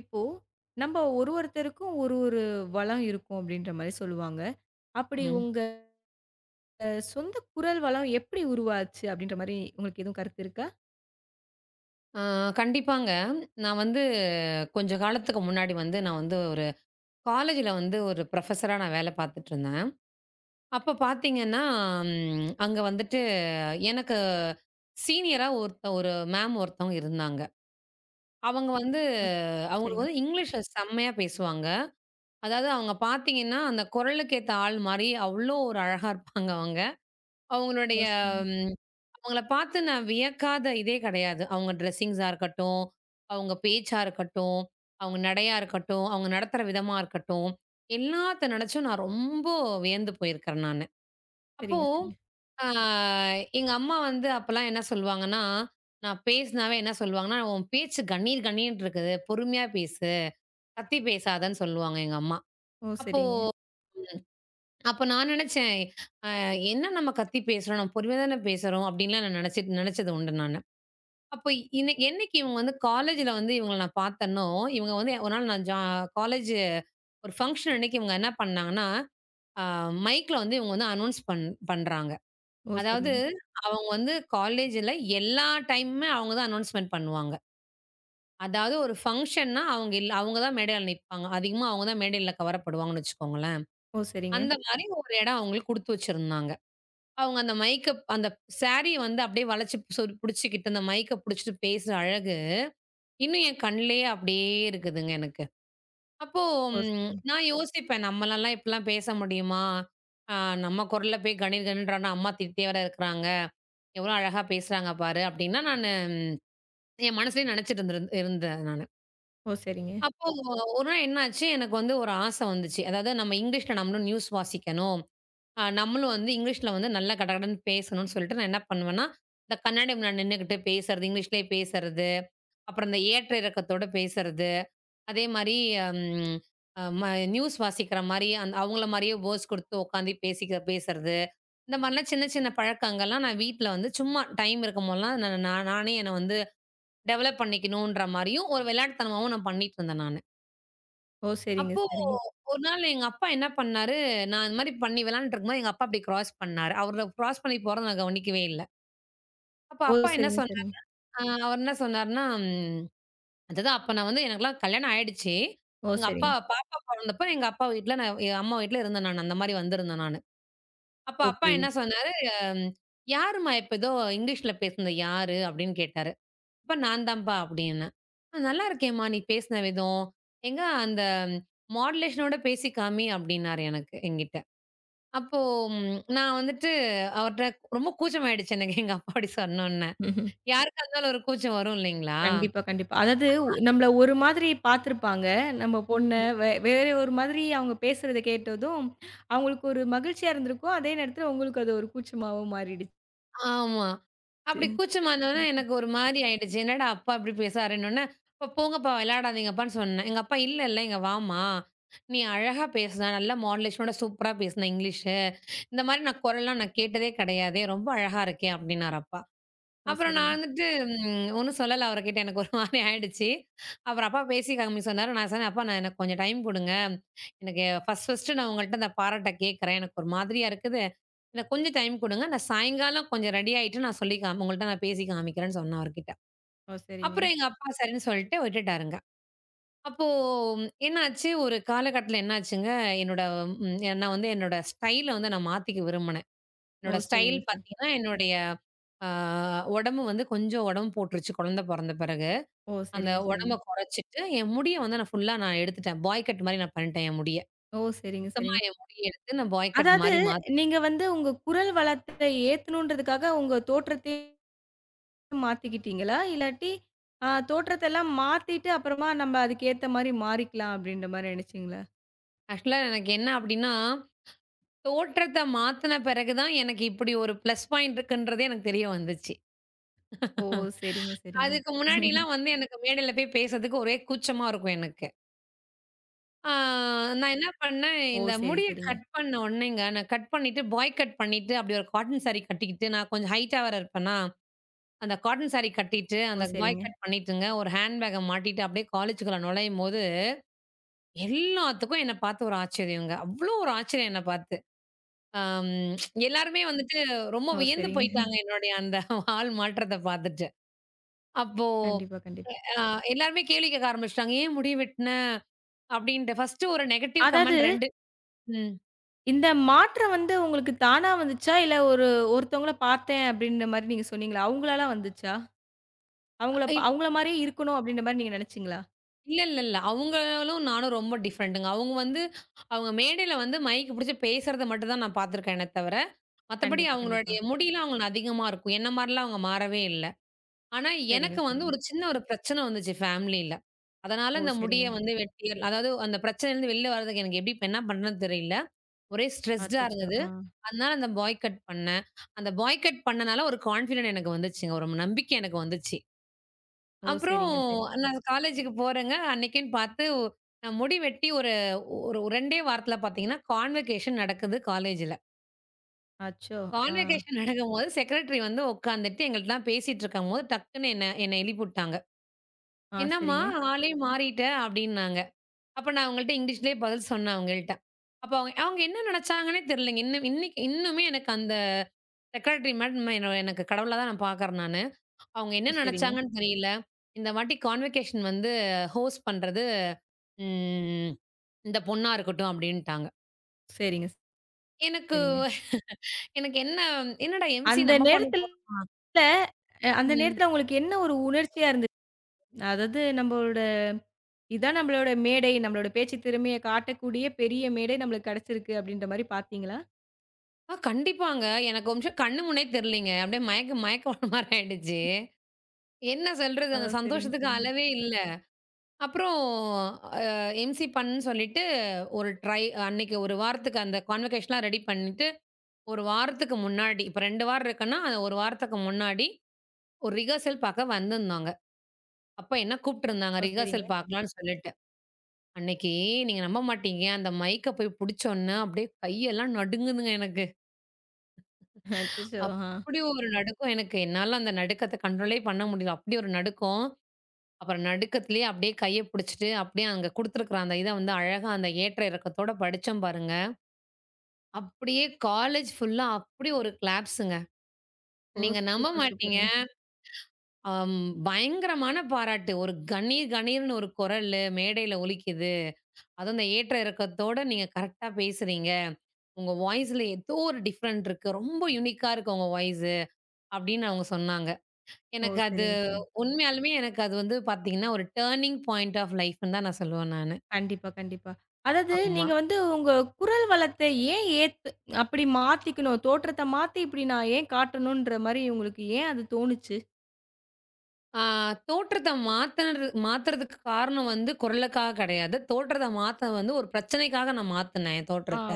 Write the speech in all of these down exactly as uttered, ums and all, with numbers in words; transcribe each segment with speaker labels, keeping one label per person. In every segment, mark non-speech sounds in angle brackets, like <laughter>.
Speaker 1: இப்போ நம்ம ஒரு ஒருத்தருக்கும் ஒரு ஒரு வளம் இருக்கும் அப்படின்ற மாரி சொல்லுவாங்க. அப்படி
Speaker 2: ம்.
Speaker 1: உங்க அஹ், சொந்த குரல் வளம் எப்படி உருவாச்சு அப்படின்ற மாரி உங்களுக்கு எதுவும் கருத்து இருக்கா?
Speaker 2: ஆ கண்டிப்பாங்க. நான் வந்து கொஞ்ச காலத்துக்கு முன்னாடி வந்து நான் வந்து ஒரு காலேஜ்ல வந்து ஒரு புரொஃபஸரா நான் வேலை பார்த்துட்டுருந்தேன். அப்ப பார்த்தீங்கன்னா, ம் அங்க வந்துட்டு எனக்கு சீனியரா ஒருத்த ஒரு மேம் ஒருத்தவங்க இருந்தாங்க. அவங்க வந்து
Speaker 1: ஓ
Speaker 2: அவங்களுக்கு
Speaker 1: சரிங்க.
Speaker 2: வந்து இங்கிலீஷ் செம்மையா பேசுவாங்க. அதாவது அவங்க பார்த்தீங்கன்னா, அந்த குரலுக்கு ஏத்த ஆள் மாரி அவ்ளோ ஒரு அழகா இருப்பாங்க அவங்க.
Speaker 1: ஓ
Speaker 2: அவங்களுடைய
Speaker 1: சரிங்க.
Speaker 2: அவங்கள பார்த்து நான் வியக்காத இதே கிடையாது. அவங்க ட்ரெஸ்ஸிங்ஸா இருக்கட்டும், அவங்க பேச்சா இருக்கட்டும், அவங்க நடையா இருக்கட்டும், அவங்க நடத்துற விதமா இருக்கட்டும், எல்லாத்த நினைச்சும் நான் ரொம்ப வியந்து போயிருக்கிறேன் நானு. அப்போ
Speaker 1: சரிங்க, சரிங்க.
Speaker 2: அ எங்க அம்மா வந்து அப்பலாம் என்ன சொல்லுவாங்கன்னா, நான் பேசினாவே என்ன சொல்லுவாங்கன்னா, "உன் பேச்சு கணீர் கணீர்ன்ட்டு இருக்குது. பொறுமையா பேசு. கத்தி பேசாதன்னு" சொல்லுவாங்க எங்க அம்மா.
Speaker 1: ஓ
Speaker 2: அப்போ
Speaker 1: சரிங்க.
Speaker 2: அப்ப நான் நினைச்சேன், "அ என்ன நம்ம கத்தி பேசுறோம்? நம்ம பொறுமையா தானே பேசுறோம்." அப்படின்லாம் நான் நினைச்சிட்டு நினைச்சது உண்டு நானு. அப்ப இன்னை என்னைக்கு இவங்க வந்து காலேஜ்ல வந்து இவங்கள நான் பார்த்தேனோ, இவங்க வந்து ஒரு நாள் நான் ஜா காலேஜ் ஒரு ஃபங்ஷன் அன்னைக்கு இவங்க என்ன பண்ணாங்கன்னா, அ மைக்ல வந்து இவங்க வந்து அனௌன்ஸ் பண் பண்றாங்க.
Speaker 1: ஓ
Speaker 2: அதாவது
Speaker 1: சரிங்க.
Speaker 2: அவங்க வந்து காலேஜ்ல எல்லா டைமுமே அவங்க தான் அனௌன்ஸ்மென்ட் பண்ணுவாங்க. அதாவது ஒரு ஃபங்ஷன்னா அவங்க இல்ல அவங்க தான் மேடையில நிப்பாங்க. அதிகமா அவங்க தான் மேடையில கவரப்படுவாங்கன்னு வச்சுக்கோங்களேன்.
Speaker 1: ஓ சரிங்க.
Speaker 2: அந்த மாரி ஒரு இடம் அவங்களுக்கு குடுத்து வச்சிருந்தாங்க. அவங்க அந்த மைக்க அந்த சாரிய வந்து அப்படியே வளைச்சு சொறி புடிச்சுக்கிட்டு அந்த மைக்க புடிச்சுட்டு பேசுற அழகு இன்னும் என் கண்லயே அப்படியே இருக்குதுங்க எனக்கு. அப்போ
Speaker 1: ஓ
Speaker 2: ம்
Speaker 1: சரிங்க.
Speaker 2: நான் யோசிப்பேன், நம்மளாலாம் இப்படிலாம் பேச முடியுமா? அ நம்ம குரல்ல போய் கணீர் கணீர்ன்றான்னா, அம்மா திட்டிட்டே வேற இருக்கிறாங்க. எவ்வளோ அழகா பேசுறாங்க பாரு! அப்படின்னா நானு என் மனசுலயே நினைச்சிட்டு இருந்திரு இருந்தேன் நானு.
Speaker 1: ஓ சரிங்க.
Speaker 2: அப்போ ஒரு நாள் என்னாச்சு, எனக்கு வந்து ஒரு ஆசை வந்துச்சு. அதாவது நம்ம இங்கிலீஷ்ல நம்மளும் நியூஸ் வாசிக்கணும். அ நம்மளும் வந்து இங்கிலீஷ்ல வந்து நல்லா கடகடன்னு பேசணும்னு சொல்லிட்டு நான் என்ன பண்ணுவேன்னா, இந்த கண்ணாடி முன்னாடி நின்னுகிட்டு பேசுறது, இங்கிலீஷ்லயே பேசுறது, அப்புறம் இந்த ஏற்ற இறக்கத்தோட பேசுறது. அதே மாரி ம் அ ம நியூஸ் வாசிக்கிற மாரி, அந் அவங்கள மாரியே வேர்ட்ஸ் குடுத்து உட்காந்து பேசிக்க பேசுறது. இந்த மாரிலாம் சின்ன சின்ன பழக்கங்கள்லாம் நான் வீட்ல வந்து சும்மா டைம் இருக்கும்போதெல்லாம் நான் நான் நானே என்ன வந்து டெவலப் பண்ணிக்கணுன்ற மாரியும், ஒரு விளையாட்டுத்தனமாவும் நான் பண்ணிட்டு இருந்தேன் நானு.
Speaker 1: ஓ சரிங்க,
Speaker 2: அப்போ
Speaker 1: சரிங்க.
Speaker 2: ஒரு நாள் எங்க அப்பா என்ன பண்ணாரு, நான் இந்த மாரி பண்ணி விளையாண்டுட்டு இருக்கும்போது, எங்க அப்பா அப்டியே கிராஸ் பண்ணாரு. அவரு கிராஸ் பண்ணி போறத நான் கவனிக்கவே இல்ல. அப்ப
Speaker 1: ஓ
Speaker 2: அப்பா என்ன
Speaker 1: சரிங்க,
Speaker 2: சொன்னாரு
Speaker 1: சரிங்க.
Speaker 2: அ அவர் என்ன சொன்னாருன்னா அதாவது அப்ப நான் வந்து எனக்கெல்லாம் கல்யாணம் ஆயிடுச்சு.
Speaker 1: ஓ
Speaker 2: எங்க அப்பா
Speaker 1: சரிங்க.
Speaker 2: பாப்பா பொறந்தப்ப எங்க அப்பா வீட்ல நான் என் அம்மா வீட்ல இருந்தேன் நானு. அந்த மாரி வந்திருந்தேன் நானு. அப்ப
Speaker 1: ஓ
Speaker 2: அப்பா என்ன
Speaker 1: புரியுது.
Speaker 2: சொன்னாரு, ம் "யாரும்மா இப்ப ஏதோ இங்கிலீஷ்ல பேசுனது யாரு?" அப்படின்னு கேட்டாரு. அப்ப நான் தான்ப்பா அப்படின்னேன். "அஹ், "நல்லா இருக்கேம்மா நீ பேசின விதம். எங்க அந்த மாடுலேஷனோட பேசி காமி" அப்படின்னாரு எனக்கு என்கிட்ட. அப்போ ம் நான் வந்துட்டு அவர்ட்ட ரொம்ப கூச்சமாயிடுச்சு எனக்கு எங்க அப்பா அப்படி சொன்னோன்ன.
Speaker 1: ம்ஹ்ம்.
Speaker 2: யாருக்கா இருந்தாலும் ஒரு கூச்சம் வரும் இல்லைங்களா?
Speaker 1: கண்டிப்பா, கண்டிப்பா. அதாவது நம்மள ஒரு மாதிரி பார்த்துருப்பாங்க. நம்ம பொண்ண வே வேற ஒரு மாதிரி அவங்க பேசுறத கேட்டதும், அவங்களுக்கு ஒரு மகிழ்ச்சியா இருந்திருக்கும். அதே நேரத்தில உங்களுக்கு அது ஒரு கூச்சமாவோ மாறிடுச்சு.
Speaker 2: ஆமா. அப்படி கூச்சமானோனே எனக்கு ஒரு மாரி ஆயிடுச்சு. என்னடா அப்பா இப்படி பேசாருன்னோனே, "அப்பா போங்கப்பா விளையாடாதீங்கப்பான்னு" சொன்னேன். எங்க அப்பா, "இல்ல இல்ல இங்க வாம்மா. நீ அழகா பேசுன. நல்ல மாடுலேஷனோட சூப்பரா பேசுன இங்கிலீஷு. இந்த மாரி நான் குரல்லாம் நான் கேட்டதே கிடையாதே. ரொம்ப அழகா இருக்கே" அப்படின்னாரு அப்பா.
Speaker 1: ஓ!
Speaker 2: அப்புறம்
Speaker 1: சரிங்க.
Speaker 2: நான் வந்துட்டு ம் ஒண்ணும் சொல்லல அவருகிட்ட. எனக்கு ஒரு மாரி ஆயிடுச்சு. அப்புறம் அப்பா பேசி கம்மி சொன்னாரு. நான் சொன்னேன், "அப்பா நான் எனக்கு கொஞ்சம் டைம் குடுங்க. எனக்கு ஃபர்ஸ்ட் ஃபர்ஸ்ட்டு நான் உங்கள்ட்ட அந்த பாராட்ட கேட்கிறேன். எனக்கு ஒரு மாதிரியா இருக்குது. எனக்கு கொஞ்சம் டைம் குடுங்க. நான் சாயங்காலம் கொஞ்சம் ரெடி ஆயிட்டு நான் சொல்லி காம் உங்கள்ட்ட நான் பேசி காமிக்கிறேன்னு" சொன்னேன் அவர்கிட்ட.
Speaker 1: ஓ! சரிங்க.
Speaker 2: அப்புறம் எங்க அப்பா சரின்னு சொல்லிட்டு விட்டுட்டாருங்க. அப்போ ம், என்னாச்சு, ஒரு காலகட்டத்தில என்னாச்சுங்க, என்னோட ம் நான் வந்து என்னோட ஸ்டைல வந்து நான் மாத்திக்க விரும்புனேன்.
Speaker 1: ஓ!
Speaker 2: என்னோட ஸ்டைல்
Speaker 1: சரிங்க, சரி.
Speaker 2: பார்த்தீங்கன்னா, என்னுடைய ஆ உடம்பு வந்து கொஞ்சம் உடம்பு போட்டுருச்சு குழந்தை பொறந்த பிறகு.
Speaker 1: ஓ!
Speaker 2: அந்த
Speaker 1: சரிங்க, சரிங்க.
Speaker 2: உடம்ப குறைச்சிட்டு, என் முடிய வந்து நான் ஃபுல்லா நான் எடுத்துட்டேன். பாய் கட் மாரி நான் பண்ணிட்டேன் என் முடிய.
Speaker 1: ஓ! சரிங்க,
Speaker 2: சுத்தமா
Speaker 1: சரிங்க.
Speaker 2: என் முடிய எடுத்து நான் பாய் கட்
Speaker 1: அதாவது
Speaker 2: மாரி மாத்
Speaker 1: நீங்க வந்து உங்க குரல் வளத்தை ஏத்தணுன்றதுக்காக உங்க தோற்றத்தையே மாத்திக்கிட்டீங்களா? இல்லாட்டி அ தோற்றத்தெல்லாம் மாத்திட்டு அப்புறமா நம்ம அதுக்கு ஏத்த மாரி மாறிக்கலாம் அப்படின்ற மாரி நினைச்சீங்களா?
Speaker 2: ஆக்சுவலா எனக்கு என்ன அப்டின்னா, தோற்றத்த மாத்துன பிறகு தான் எனக்கு இப்டி ஒரு ப்ளஸ் பாயிண்ட் இருக்குன்றதே எனக்கு தெரிய வந்துச்சு.
Speaker 1: ஓ! சரிங்க, சரிங்க.
Speaker 2: அதுக்கு முன்னாடிலாம் வந்து எனக்கு மேடையில போய் பேசுறதுக்கு ஒரே கூச்சமா இருக்கும் எனக்கு. ஆ நான் என்ன பண்ணேன்,
Speaker 1: ஓ!
Speaker 2: இந்த
Speaker 1: சரி,
Speaker 2: முடிய
Speaker 1: சரிங்க.
Speaker 2: கட் பண்ண உடனேங்க, நான் கட் பண்ணிட்டு, பாய் கட் பண்ணிட்டு, அப்படி ஒரு காட்டன் சாரி கட்டிக்கிட்டு, நான் கொஞ்சம் ஹைட்டா வேற இருப்பேனா, அந்த காட்டன் சாரி கட்டிட்டு,
Speaker 1: ஓ!
Speaker 2: அந்த பாய்
Speaker 1: சரிங்க.
Speaker 2: கட் பண்ணிட்டுங்க, ஒரு ஹேண்ட் பேக்க மாட்டிட்டு, அப்படியே காலேஜுக்குள்ள நுழையும்போது, எல்லாத்துக்கும் என்ன பார்த்து ஒரு ஆச்சரியங்க. அவ்வளோ ஒரு ஆச்சரியம் என்ன பார்த்து. அம் எல்லாருமே வந்துட்டு ரொம்ப
Speaker 1: ஓ!
Speaker 2: வியந்து
Speaker 1: சரிங்க.
Speaker 2: போயிட்டாங்க, என்னுடைய அந்த ஆள் மாற்றத்த பார்த்துட்டு. அப்போ
Speaker 1: கண்டிப்பா, கண்டிப்பா.
Speaker 2: அ எல்லாருமே கேள்வி கேட்க ஆரம்பிச்சுட்டாங்க. "ஏன் முடி வெட்டின?" அப்படின்ட்டு. ஃபர்ஸ்ட்டு ஒரு நெகட்டிவ்
Speaker 1: அதாவது
Speaker 2: கமெண்ட் ரெண்டு
Speaker 1: இந்த மாற்றம் வந்து உங்களுக்கு தானா வந்துச்சா? இல்ல ஒரு ஒருத்தவங்கள பார்த்தேன் அப்படின்ற மாரி நீங்க சொன்னீங்களா? அவங்களால வந்துச்சா? அவங்கள ப
Speaker 2: ம்.
Speaker 1: அவங்கள மாரியே இருக்கணும் அப்படின்ற மாரி நீங்க நெனச்சீங்களா?
Speaker 2: இல்ல, இல்ல, இல்ல. அவங்களும் நானும் ரொம்ப டிஃப்ரெண்ட்டுங்க. அவங்க வந்து அவங்க மேடையில வந்து மைக் புடிச்சு பேசுறத மட்டும் தான் நான் பார்த்துருக்கேனே தவிர, மத்தபடி
Speaker 1: கண்டிப்பா, கண்டிப்பா.
Speaker 2: அவங்களுடைய முடியெல்லாம் அவங்களுக்கு அதிகமா இருக்கும். என்ன மாரிலாம் அவங்க மாறவே இல்ல. ஆனா
Speaker 1: சரிங்க,
Speaker 2: எனக்கு வந்து
Speaker 1: சரிங்க.
Speaker 2: ஒரு சின்ன ஒரு பிரச்சனை வந்துச்சு ஃபேமிலில. அதனால
Speaker 1: ஓ!
Speaker 2: இந்த
Speaker 1: சரிங்க.
Speaker 2: முடிய வந்து வெட்டி அதாவது அந்த பிரச்சனையிலருந்து வெளில வரதுக்கு எனக்கு எப்படி இப்ப என்ன பண்றதுன்னு தெரியல. ஒரே ஸ்ட்ரெஸ்டா
Speaker 1: அச்சச்சோ!
Speaker 2: இருந்தது.
Speaker 1: ஆ.
Speaker 2: அதனால அந்த பாய் கட் பண்ணேன். அந்த பாய் கட் பண்ணனால ஒரு கான்ஃபிடன்ட் எனக்கு வந்துச்சுங்க. ஒரு நம்பிக்கை எனக்கு வந்துச்சு.
Speaker 1: ஓ!
Speaker 2: அப்புறம்
Speaker 1: சரிங்க, சரிங்க.
Speaker 2: நான் காலேஜுக்கு போறேங்க. அன்னைக்குன்னு பார்த்து நான் முடி வெட்டி ஒரு ஒரு 2டே வாரத்துல பார்த்தீங்கன்னா, கான்வகேஷன் நடக்குது காலேஜ்ல.
Speaker 1: அச்சோ! ஆ.
Speaker 2: கான்வகேஷன் நடக்கும்போது செக்ரட்டரி வந்து உட்காந்துட்டு எங்கள்ட்டலாம் பேசிட்டு இருக்கும்போது, டக்குன்னு என்ன என்ன எழுப்பிவுட்டாங்க.
Speaker 1: ஆ
Speaker 2: "என்னம்மா
Speaker 1: சரிங்க.
Speaker 2: ஆளே மாறிட்ட" அப்படின்னாங்க. அப்ப நான் அவங்கள்ட்ட இங்கிலீஷ்லயே பதில் சொன்னேன் அவங்கள்ட்ட. அப்ப அவங்க அவங்க என்ன நினைச்சாங்கன்னே தெரியலங்க. இன்னும் இன்னைக்கு இன்னுமே எனக்கு அந்த செக்ரட்டரி மேடம் என்ன எனக்கு கடவுளா தான் நான் பார்க்குறேன் நானு. அவங்க
Speaker 1: ஓ!
Speaker 2: என்ன
Speaker 1: சரிங்க.
Speaker 2: நினைச்சாங்கன்னு தெரியல. இந்த வாட்டி கான்வகேஷன் வந்து ஹோஸ்ட் பண்றது ம். இந்த பொண்ணா இருக்கட்டும் அப்டின்ட்டாங்க.
Speaker 1: சரிங்க,
Speaker 2: எனக்கு
Speaker 1: சரிங்க.
Speaker 2: எனக்கு என்ன என்னடா எம்சி
Speaker 1: அந்த
Speaker 2: நம்ம பண்ண
Speaker 1: நேரத்துல
Speaker 2: போறோம்.
Speaker 1: அ அந்த
Speaker 2: ம்.
Speaker 1: நேரத்துல உங்களுக்கு என்ன ஒரு உணர்ச்சியா இருந்துச்சு? அதாவது நம்பளோட இதான் நம்மளோட மேடை, நம்மளோட பேச்சு திறமைய காட்டக்கூடிய பெரிய மேடை நம்மளுக்கு கிடைச்சிருக்கு அப்படின்ற மாரி பார்த்தீங்களா?
Speaker 2: ஆ கண்டிப்பாங்க. எனக்கு ஒரு நிமிஷம் கண்ணு முன்னே தெரியலங்க. அப்டியே மயக்க மயக்கம் வர மாரி ஆயிடுச்சு. என்ன சொல்றது?
Speaker 1: ஓ!
Speaker 2: அந்த
Speaker 1: சரிங்க,
Speaker 2: சந்தோஷத்துக்கு
Speaker 1: சரிங்க.
Speaker 2: அளவே இல்ல. அப்புறம் அ எம்சி பண்ணன்னு சொல்லிட்டு ஒரு ட்ரை அன்னைக்கு ஒரு வாரத்துக்கு அந்த கான்வகேஷன்லாம் ரெடி பண்ணிட்டு, ஒரு வாரத்துக்கு முன்னாடி இப்ப ரெண்டு வாரம் இருக்குன்னா, அந்த ஒரு வாரத்துக்கு முன்னாடி ஒரு ரிஹர்சல் பாக்க வந்திருந்தாங்க. அப்ப என்ன கூப்ட்டுருந்தாங்க
Speaker 1: ஓ! சரிங்க.
Speaker 2: ரிஹர்சல் பாக்கலான்னு சொல்லிட்டு. அன்னைக்கு நீங்க நம்ப மாட்டீங்க. அந்த மைக்க போய் புடிச்சோன்ன, அப்படியே கையெல்லாம் நடுங்குதுங்க எனக்கு.
Speaker 1: அச்சச்சோ! ஆ.
Speaker 2: அப்படி ஒரு நடுக்கம் எனக்கு. என்னால அந்த நடுக்கத்த கண்ட்ரோலே பண்ண முடியல. அப்படி ஒரு நடுக்கம். அப்புறம் நடுக்கத்திலேயே அப்படியே கைய புடிச்சுட்டு, அப்படியே அங்க குடுத்துருக்கிற அந்த இத வந்து அழகா அந்த ஏற்ற இறக்கத்தோட படிச்சோம் பாருங்க. அப்படியே காலேஜ் ஃபுல்லா அப்படி ஒரு கிளாப்ஸுங்க.
Speaker 1: ஓ!
Speaker 2: நீங்க நம்ப
Speaker 1: சூப்பர்,
Speaker 2: மாட்டீங்க.
Speaker 1: சூப்பருங்க.
Speaker 2: அம் பயங்கரமான பாராட்டு. ஒரு கணீர் கணீர்ன்னு ஒரு குரலு மேடையில ஒலிக்குது. அதுவும் அந்த ஏற்ற இறக்கத்தோட நீங்க கரெக்ட்டா பேசுறீங்க. உங்க வாய்ஸ்ல ஏதோ ஒரு டிஃபரெண்ட் இருக்கு. ரொம்ப யூனிக்கா இருக்கு உங்க வாய்ஸு அப்படின்னு அவங்க சொன்னாங்க.
Speaker 1: ஓ!
Speaker 2: எனக்கு அது
Speaker 1: சரிங்க, சரிங்க.
Speaker 2: உண்மையாலுமே எனக்கு அது வந்து பார்த்தீங்கன்னா, ஒரு டர்னிங் பாயிண்ட் ஆஃப் லைஃப்ன்னு தான் நான் சொல்லுவேன் நானு.
Speaker 1: கண்டிப்பா, கண்டிப்பா. அதாவது
Speaker 2: ஆமா.
Speaker 1: நீங்க வந்து உங்க குரல் வளத்தை ஏன் ஏத்து அப்படி மாத்திக்கணும்? தோற்றத்த மாத்தி இப்படி நான் ஏன் காட்டணுன்ற மாரி உங்களுக்கு ஏன் அது தோணுச்சு?
Speaker 2: ஆ தோற்றத்த மாத்தனது மாத்துறதுக்கு காரணம் வந்து குரலுக்காக கிடையாது. தோற்றத்த மாத்த வந்து ஒரு பிரச்சனைக்காக நான் மாத்துனேன் என்
Speaker 1: ஆ
Speaker 2: தோற்றத்த.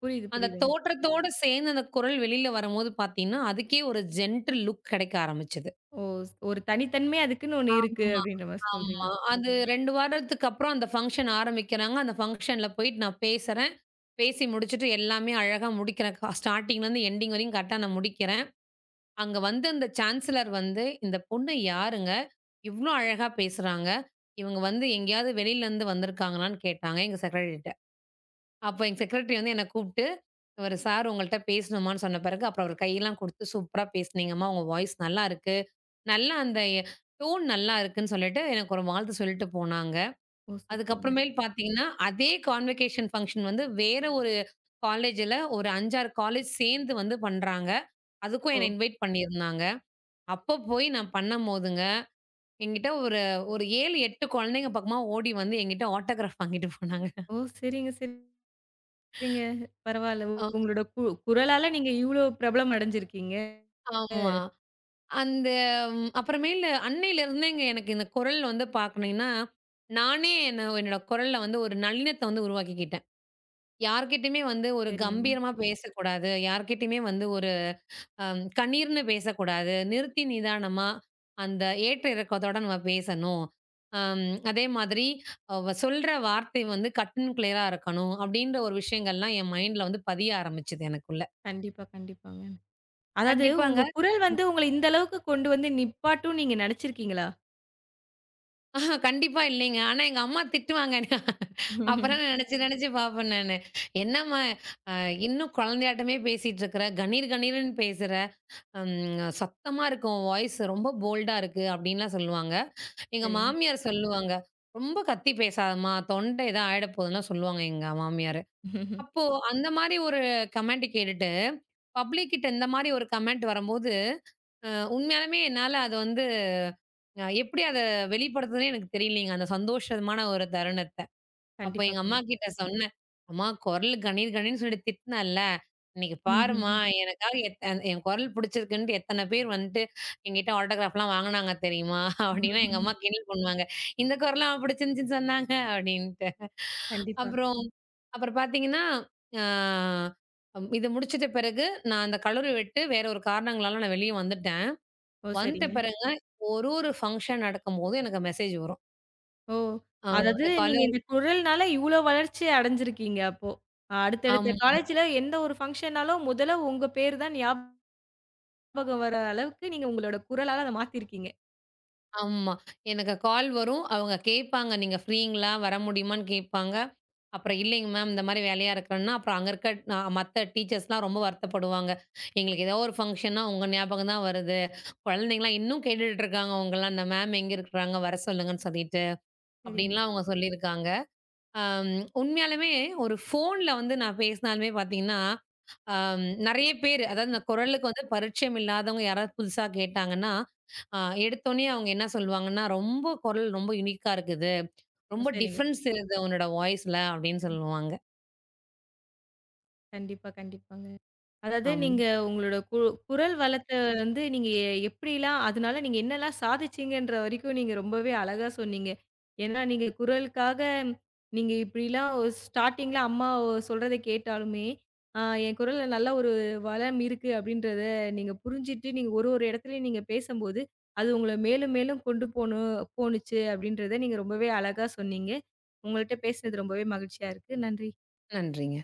Speaker 1: புரியுது,
Speaker 2: அந்த
Speaker 1: புரியுதுங்க.
Speaker 2: தோற்றத்தோட சேர்ந்து அந்த குரல் வெளியில வரும்போது பார்த்தீங்கன்னா, அதுக்கே ஒரு ஜென்டில் லுக் கிடைக்க ஆரம்பிச்சது.
Speaker 1: ஓ! ஒரு தனித்தன்மை அதுக்குன்னு ஒண்ணு இருக்கு
Speaker 2: ஆமா,
Speaker 1: அப்படின்ற மாரி சொல்றீங்க.
Speaker 2: ஆமா. அது ரெண்டு வாரத்துக்கு அப்புறம் அந்த ஃபங்ஷன் ஆரம்பிக்கிறாங்க. அந்த ஃபங்ஷன்ல போயிட்டு நான் பேசுறேன். பேசி முடிச்சுட்டு எல்லாமே அழகா முடிக்கிறேன். கா ஸ்டார்ட்டிங்லேருந்து எண்டிங் வரையும் கரெக்ட்டா நான் முடிக்கிறேன். அங்க வந்து அந்த சான்சலர் வந்து, "இந்த பொண்ணு யாருங்க? இவ்ளோ அழகா பேசுறாங்க. இவங்க வந்து எங்கேயாவது வெளியிலேருந்து வந்திருக்காங்களான்னு?" கேட்டாங்க எங்க செக்ரட்டரிட்ட. அப்போ எங்க செக்ரட்டரி வந்து என்ன கூப்ட்டு, "இவரு சார் உங்கள்ட்ட பேசணுமான்னு" சொன்ன பிறகு, அப்புறம் அவரு கையெல்லாம் குடுத்து, "சூப்பரா பேசுனீங்கம்மா. உங்க வாய்ஸ் நல்லா இருக்கு. நல்லா அந்த டோன் நல்லா இருக்குன்னு சொல்லிட்டு, எனக்கு ஒரு வாழ்த்து சொல்லிட்டு போனாங்க.
Speaker 1: ஓ! சூப்பருங்க.
Speaker 2: அதுக்கப்புறமேல் பார்த்தீங்கன்னா, அதே கான்வகேஷன் ஃபங்ஷன் வந்து வேற ஒரு காலேஜ்ல ஒரு ஐந்து, ஆறு காலேஜ் சேர்ந்து வந்து பண்றாங்க. அதுக்கும்
Speaker 1: ஓ!
Speaker 2: என்ன இன்வைட் பண்ணியிருந்தாங்க. அப்ப போய் நான் பண்ணும்போதுங்க, என்கிட்ட ஒரு ஒரு ஏழு, எட்டு குழந்தைங்க பக்கமா ஓடி வந்து என்கிட்ட ஆட்டோகிராஃப் வாங்கிட்டு போனாங்க.
Speaker 1: ஓ! சரிங்க, சரி. சரிங்க. பரவால்ல.
Speaker 2: அ
Speaker 1: உங்களோட கு குரலால நீங்க இவ்ளோ பிரபலம் அடைஞ்சிருக்கீங்க.
Speaker 2: ஆமா. அந்த அப்புறமேலு அன்னையிலிருந்தேங்க எனக்கு இந்த குரல் வந்து பார்க்கனீங்கன்னா, நானே என்ன என்னோட குரல்ல வந்து ஒரு நளினத்த வந்து உருவாக்கிக்கிட்டேன். யார்கிட்டயுமே வந்து ஒரு
Speaker 1: சரிங்க.
Speaker 2: கம்பீரமா பேசக்கூடாது. யார்கிட்டயுமே வந்து ஒரு அம் கணீர்னு பேசக்கூடாது. நிறுத்தி நிதானமா, அந்த ஏற்ற இறக்கத்தோட நம்ம பேசணும். அம் அதே மாதிரி அவ சொல்ற வார்த்தை வந்து கட் அண்ட் கிளியரா இருக்கணும். அப்டின்ற ஒரு விஷயங்கள்லாம் என் மைண்ட்ல வந்து பதிய ஆரம்பிச்சது எனக்குள்ள.
Speaker 1: கண்டிப்பா, கண்டிப்பாங்க. அதாவது
Speaker 2: கண்டிப்பாங்க.
Speaker 1: உங்க குரல் வந்து உங்கள இந்த அளவுக்கு கொண்டு வந்து நிப்பாட்டும்னு நீங்க நெனச்சிருக்கீங்களா?
Speaker 2: ஆஹா கண்டிப்பா இல்லைங்க. ஆனா எங்க அம்மா திட்டுவாங்க என்ன. அப்புறம் நெனச்சு நெனச்சு பார்ப்பேன் நானு. "என்னம்மா அ இன்னும் குழந்தையாட்டமே பேசிட்டு இருக்கிற. கணீர் கணீர்ன்னு பேசுற. ம். சத்தமா இருக்கு உன் வாய்ஸ் ரொம்ப போல்டா இருக்கு அப்படின்லாம் சொல்லுவாங்க. எங்க
Speaker 1: சரிங்க.
Speaker 2: மாமியார் சொல்லுவாங்க. "ரொம்ப கத்தி பேசாதம்மா, தொண்டை ஏதா ஆயிட போதுன்லாம்" சொல்லுவாங்க எங்க மாமியாரு. அப்போ அந்த மாரி ஒரு கமெண்ட் கேட்டுட்டு, பப்ளிக் கிட்ட இந்த மாரி ஒரு கமெண்ட் வரம்போது, அ உண்மையாலுமே என்னால அத வந்து அ எப்படி அத வெளிப்படுத்துதுன்னே எனக்கு தெரியலங்க, அந்த சந்தோஷமான ஒரு தருணத்த. அப்ப
Speaker 1: கண்டிப்பா,
Speaker 2: எங்க
Speaker 1: கண்டிப்பா.
Speaker 2: அம்மாகிட்ட சொன்னேன். "அம்மா குரல் கணீர் கணீர்ன்னு சொல்லிட்டு திட்டினேன்ல, இன்னைக்கு
Speaker 1: ம்ஹ்ஹ்ம்.
Speaker 2: பாரும்மா எனக்காக எத்த என் குரல் பிடிச்சிருக்குன்ட்டு எத்தன பேர் வந்துட்டு என்கிட்ட ஆட்டோகிராஃப்லாம் வாங்குனாங்க தெரியுமா?" <laughs> அப்டின்னா எங்க அம்மா கிண்டல் பண்ணுவாங்க. "இந்த குரலும் அவ பிடிச்சிருந்துச்சுன்னு சொன்னாங்க" அப்டின்ட்டு.
Speaker 1: கண்டிப்பா.
Speaker 2: அப்புறம் அப்புறம் பார்த்தீங்கன்னா, ஆ இது முடிச்சிட்ட பிறகு நான் அந்த கல்லூரி விட்டு வேற ஒரு காரணங்களால நான் வெளிய வந்துட்டேன்.
Speaker 1: ஓ!
Speaker 2: வந்துட்ட
Speaker 1: சரிங்க.
Speaker 2: பிறகு ஒரு ஒரு ஃபங்ஷன் நடக்கும்போதும் எனக்கு மெசேஜ் வரும்.
Speaker 1: ஓ!
Speaker 2: ஆ
Speaker 1: அதாவது
Speaker 2: கால
Speaker 1: நீங்க இந்த குரல்னால இவ்ளோ வளர்ச்சி அடைஞ்சிருக்கீங்க அப்போ. அடுத்தடுத்த
Speaker 2: ஆமா.
Speaker 1: காலேஜ்ல எந்த ஒரு ஃபங்ஷன்னாலும் முதல்ல உங்க பேர் தான் ஞாபகம் வர அளவுக்கு நீங்க உங்களோட குரலால அத மாத்திருக்கீங்க.
Speaker 2: ஆமா. எனக்கு கால் வரும். அவங்க கேட்பாங்க, "நீங்க ஃப்ரீங்களா? வர முடியுமான்னு?" கேட்பாங்க. அப்புறம் இல்லைங்க மேம், இந்த மாரி வேலையா இருக்கிறேன்னா, அப்புறம் அங்க இருக்க நா மத்த டீச்சர்ஸ்லாம் ரொம்ப வருத்தப்படுவாங்க. "எங்களுக்கு ஏதோ ஒரு ஃபங்ஷன்னா உங்க ஞாபகம் தான் வருது. குழந்தைங்கலாம் இன்னும் கேட்டுட்டு இருக்காங்க உங்களலாம், இந்த மேம் எங்க இருக்கிறாங்க? வர சொல்லுங்கன்னு" சொல்லிட்டு.
Speaker 1: சரிங்க,
Speaker 2: அப்படின்லாம் அவங்க சொல்லியிருக்காங்க. அம் உண்மையாலுமே ஒரு ஃபோன்ல வந்து நான் பேசினாலுமே பார்த்தீங்கன்னா அம் நெறைய பேரு, அதாவது
Speaker 1: சரிங்க.
Speaker 2: இந்த குரலுக்கு வந்து பரிச்சயம் இல்லாதவங்க யாராவது புதுசா கேட்டாங்கன்னா, அ எடுத்தோனே அவங்க என்ன சொல்லுவாங்கன்னா, "ரொம்ப குரல் ரொம்ப யுனிக்கா இருக்குது.
Speaker 1: ஓ!
Speaker 2: ரொம்ப
Speaker 1: சரிங்க.
Speaker 2: டிஃபரன்ஸ் தெரியுது உன்னோட வாய்ஸ்ல" அப்படின்னு சொல்லுவாங்க.
Speaker 1: கண்டிப்பா, கண்டிப்பாங்க. அதாவது
Speaker 2: ஆமா.
Speaker 1: நீங்க உங்களோட கு குரல் வளத்த வந்து நீங்க எ எப்படிலாம் அதனால நீங்க என்னலாம் சாதிச்சீங்கன்ற வரைக்கும் நீங்க ரொம்பவே அழகா சொன்னீங்க. ஏன்னா நீங்க குரலுக்காக நீங்க இப்படிலாம் ஒ ஸ்டார்ட்டிங்ல அம்மா ஒ சொல்றத கேட்டாலுமே, ஆ என் குரல்ல நல்ல ஒரு வளம் இருக்கு அப்படின்றத நீங்க புரிஞ்சுட்டு, நீங்க ஒரு ஒரு இடத்துலயும் நீங்க பேசம்போது, அது உங்கள மேலும் மேலும் கொண்டு போணும் போணுச்சு அப்படின்றத நீங்க ரொம்பவே அழகா சொன்னீங்க. உங்கள்ட்ட பேசினது ரொம்பவே மகிழ்ச்சியா இருக்கு. நன்றி.
Speaker 2: நன்றிங்க.